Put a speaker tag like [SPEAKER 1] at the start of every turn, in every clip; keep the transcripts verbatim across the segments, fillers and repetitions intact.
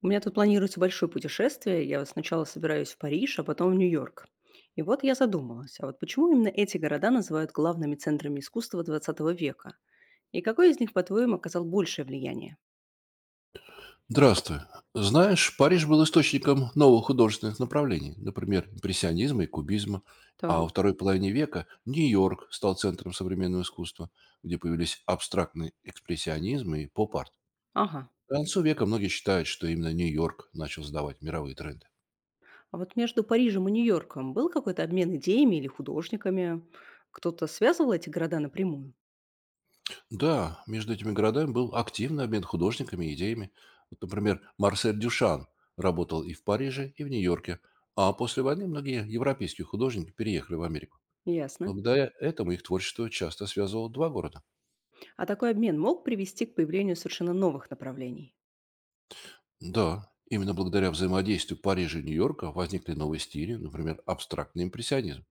[SPEAKER 1] У меня тут планируется большое путешествие. Я вот сначала собираюсь в Париж, а потом в Нью-Йорк. И вот я задумалась, а вот почему именно эти города называют главными центрами искусства двадцатого века? И какой из них, по-твоему, оказал большее влияние?
[SPEAKER 2] Здравствуй. Знаешь, Париж был источником новых художественных направлений, например, импрессионизма и кубизма, а во
[SPEAKER 1] Так.
[SPEAKER 2] второй половине века Нью-Йорк стал центром современного искусства, где появились абстрактный экспрессионизм и поп-арт.
[SPEAKER 1] Ага.
[SPEAKER 2] К концу века многие считают, что именно Нью-Йорк начал сдавать мировые тренды.
[SPEAKER 1] А вот между Парижем и Нью-Йорком был какой-то обмен идеями или художниками? Кто-то связывал эти города напрямую?
[SPEAKER 2] Да, между этими городами был активный обмен художниками и идеями. Вот, например, Марсель Дюшан работал и в Париже, и в Нью-Йорке, а после войны многие европейские художники переехали в Америку.
[SPEAKER 1] Ясно.
[SPEAKER 2] Благодаря этому их творчество часто связывало два города.
[SPEAKER 1] А такой обмен мог привести к появлению совершенно новых направлений?
[SPEAKER 2] Да, именно благодаря взаимодействию Парижа и Нью-Йорка возникли новые стили, например, абстрактный импрессионизм.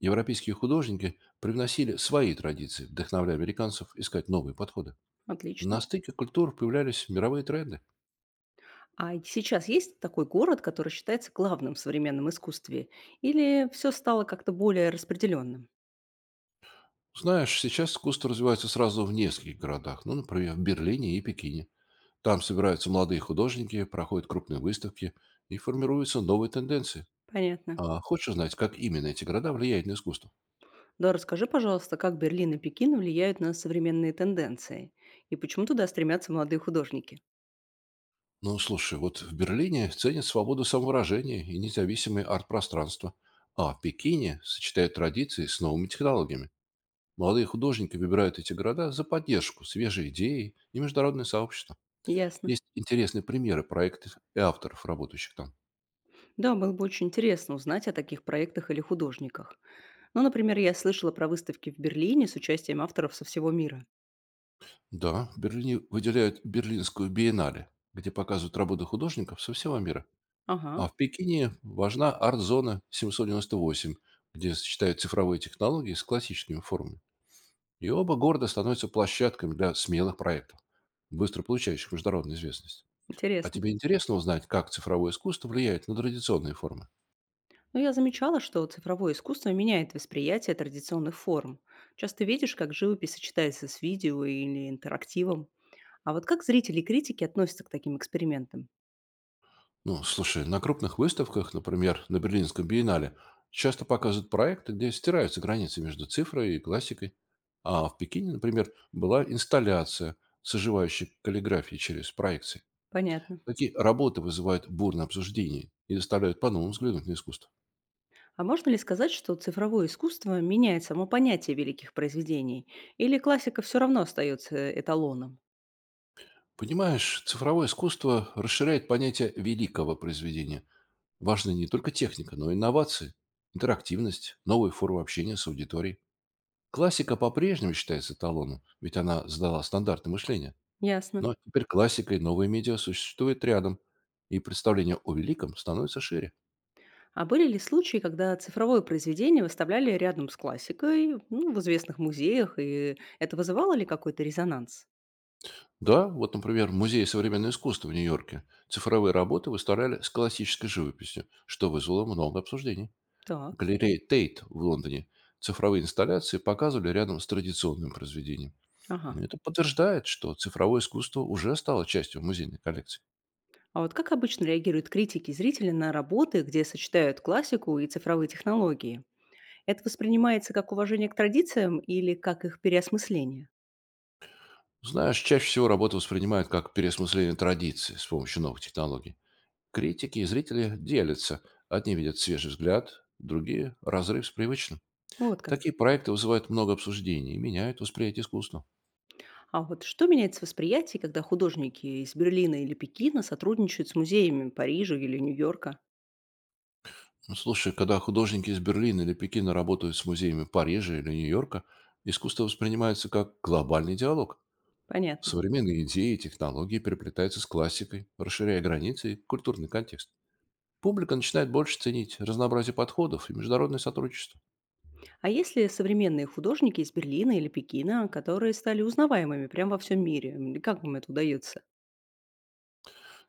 [SPEAKER 2] Европейские художники привносили свои традиции, вдохновляя американцев искать новые подходы.
[SPEAKER 1] Отлично.
[SPEAKER 2] На стыке культур появлялись мировые тренды.
[SPEAKER 1] А сейчас есть такой город, который считается главным в современном искусстве? Или все стало как-то более распределенным?
[SPEAKER 2] Знаешь, сейчас искусство развивается сразу в нескольких городах, ну, например, в Берлине и Пекине. Там собираются молодые художники, проходят крупные выставки и формируются новые тенденции.
[SPEAKER 1] Понятно.
[SPEAKER 2] А хочешь узнать, как именно эти города влияют на искусство?
[SPEAKER 1] Да, расскажи, пожалуйста, как Берлин и Пекин влияют на современные тенденции? И почему туда стремятся молодые художники?
[SPEAKER 2] Ну, слушай, вот в Берлине ценят свободу самовыражения и независимые арт пространства, а в Пекине сочетают традиции с новыми технологиями. Молодые художники выбирают эти города за поддержку, свежие идеи и международное сообщество.
[SPEAKER 1] Ясно.
[SPEAKER 2] Есть интересные примеры проектов и авторов, работающих там.
[SPEAKER 1] Да, было бы очень интересно узнать о таких проектах или художниках. Ну, например, я слышала про выставки в Берлине с участием авторов со всего мира.
[SPEAKER 2] Да, в Берлине выделяют Берлинскую биеннале, где показывают работы художников со всего мира.
[SPEAKER 1] Ага,
[SPEAKER 2] А в Пекине важна арт-зона семьсот девяносто восемь, где сочетают цифровые технологии с классическими формами. И оба города становятся площадками для смелых проектов, быстро получающих международную известность. А
[SPEAKER 1] интересно.
[SPEAKER 2] тебе интересно узнать, как цифровое искусство влияет на традиционные формы?
[SPEAKER 1] Но я замечала, что цифровое искусство меняет восприятие традиционных форм. Часто видишь, как живопись сочетается с видео или интерактивом. А вот как зрители и критики относятся к таким экспериментам?
[SPEAKER 2] Ну, слушай, на крупных выставках, например, на Берлинском биеннале, часто показывают проекты, где стираются границы между цифрой и классикой. А в Пекине, например, была инсталляция, соживающей каллиграфии через проекции.
[SPEAKER 1] Понятно.
[SPEAKER 2] Такие работы вызывают бурное обсуждение и заставляют по-новому взглянуть на искусство.
[SPEAKER 1] А можно ли сказать, что цифровое искусство меняет само понятие великих произведений? Или классика все равно остается э, эталоном?
[SPEAKER 2] Понимаешь, цифровое искусство расширяет понятие великого произведения. Важны не только техника, но и инновации, интерактивность, новые формы общения с аудиторией. Классика по-прежнему считается эталоном, ведь она задала стандарты мышления.
[SPEAKER 1] Ясно.
[SPEAKER 2] Но теперь классика и новые медиа существуют рядом, и представление о великом становится шире.
[SPEAKER 1] А были ли случаи, когда цифровое произведение выставляли рядом с классикой, ну, в известных музеях, и это вызывало ли какой-то резонанс?
[SPEAKER 2] Да, вот, например, в Музее современного искусства в Нью-Йорке цифровые работы выставляли с классической живописью, что вызвало много обсуждений.
[SPEAKER 1] Так.
[SPEAKER 2] Галерея Тейт в Лондоне цифровые инсталляции показывали рядом с традиционным произведением.
[SPEAKER 1] Ага.
[SPEAKER 2] Ну, это подтверждает, что цифровое искусство уже стало частью музейной коллекции.
[SPEAKER 1] А вот как обычно реагируют критики и зрители на работы, где сочетают классику и цифровые технологии? Это воспринимается как уважение к традициям или как их переосмысление?
[SPEAKER 2] Знаешь, чаще всего работу воспринимают как переосмысление традиции с помощью новых технологий. Критики и зрители делятся. Одни видят свежий взгляд, другие – разрыв с привычным.
[SPEAKER 1] Ну, вот как.
[SPEAKER 2] Такие проекты вызывают много обсуждений и меняют восприятие искусства.
[SPEAKER 1] А вот что меняется в восприятии, когда художники из Берлина или Пекина сотрудничают с музеями Парижа или Нью-Йорка?
[SPEAKER 2] Ну, слушай, когда художники из Берлина или Пекина работают с музеями Парижа или Нью-Йорка, искусство воспринимается как глобальный диалог.
[SPEAKER 1] Понятно.
[SPEAKER 2] Современные идеи и технологии переплетаются с классикой, расширяя границы и культурный контекст. Публика начинает больше ценить разнообразие подходов и международное сотрудничество.
[SPEAKER 1] А есть ли современные художники из Берлина или Пекина, которые стали узнаваемыми прямо во всем мире? М, и как им это удается?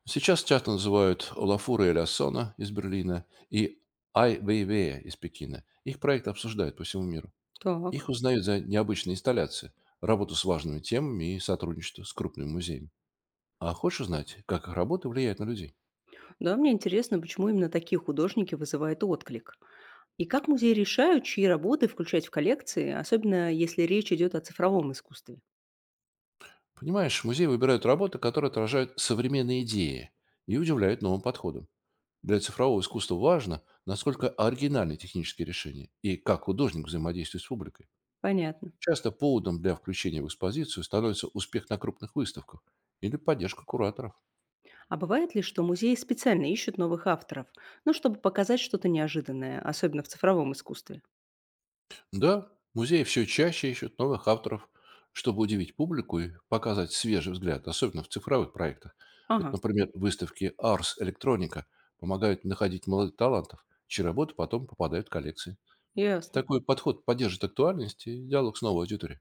[SPEAKER 2] Сейчас часто называют Олафура Элясона из Берлина и Ай Вейвея из Пекина. Их проекты обсуждают по всему миру.
[SPEAKER 1] Так,
[SPEAKER 2] Их узнают за необычные инсталляции, работу с важными темами и сотрудничество с крупными музеями. А хочешь узнать, как их работы влияют на людей?
[SPEAKER 1] да, мне интересно, почему именно такие художники вызывают отклик. И как музеи решают, чьи работы включать в коллекции, особенно если речь идет о цифровом искусстве?
[SPEAKER 2] Понимаешь, музеи выбирают работы, которые отражают современные идеи и удивляют новым подходом. Для цифрового искусства важно, насколько оригинальны технические решения и как художник взаимодействует с публикой.
[SPEAKER 1] Понятно.
[SPEAKER 2] Часто поводом для включения в экспозицию становится успех на крупных выставках или поддержка кураторов.
[SPEAKER 1] А бывает ли, что музеи специально ищут новых авторов, ну, чтобы показать что-то неожиданное, особенно в цифровом искусстве?
[SPEAKER 2] Да, музеи все чаще ищут новых авторов, чтобы удивить публику и показать свежий взгляд, особенно в цифровых проектах. Вот,
[SPEAKER 1] Ага,
[SPEAKER 2] например, выставки Ars Electronica помогают находить молодых талантов, чьи работы потом попадают в коллекции.
[SPEAKER 1] ясно.
[SPEAKER 2] Такой подход поддержит актуальность и диалог с новой аудиторией.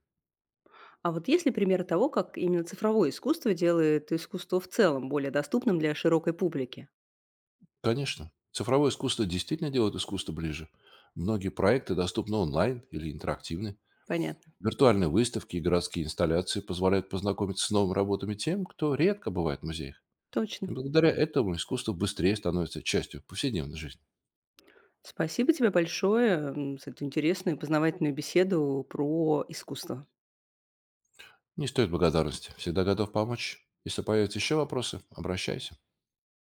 [SPEAKER 1] А вот есть ли примеры того, как именно цифровое искусство делает искусство в целом более доступным для широкой публики?
[SPEAKER 2] Конечно, цифровое искусство действительно делает искусство ближе. Многие проекты доступны онлайн или интерактивны.
[SPEAKER 1] Понятно.
[SPEAKER 2] Виртуальные выставки и городские инсталляции позволяют познакомиться с новыми работами тем, кто редко бывает в музеях.
[SPEAKER 1] Точно.
[SPEAKER 2] И благодаря этому искусство быстрее становится частью повседневной жизни.
[SPEAKER 1] Спасибо тебе большое м, за эту интересную и познавательную беседу про искусство.
[SPEAKER 2] Не стоит благодарности. Всегда готов помочь. Если появятся еще вопросы, обращайся.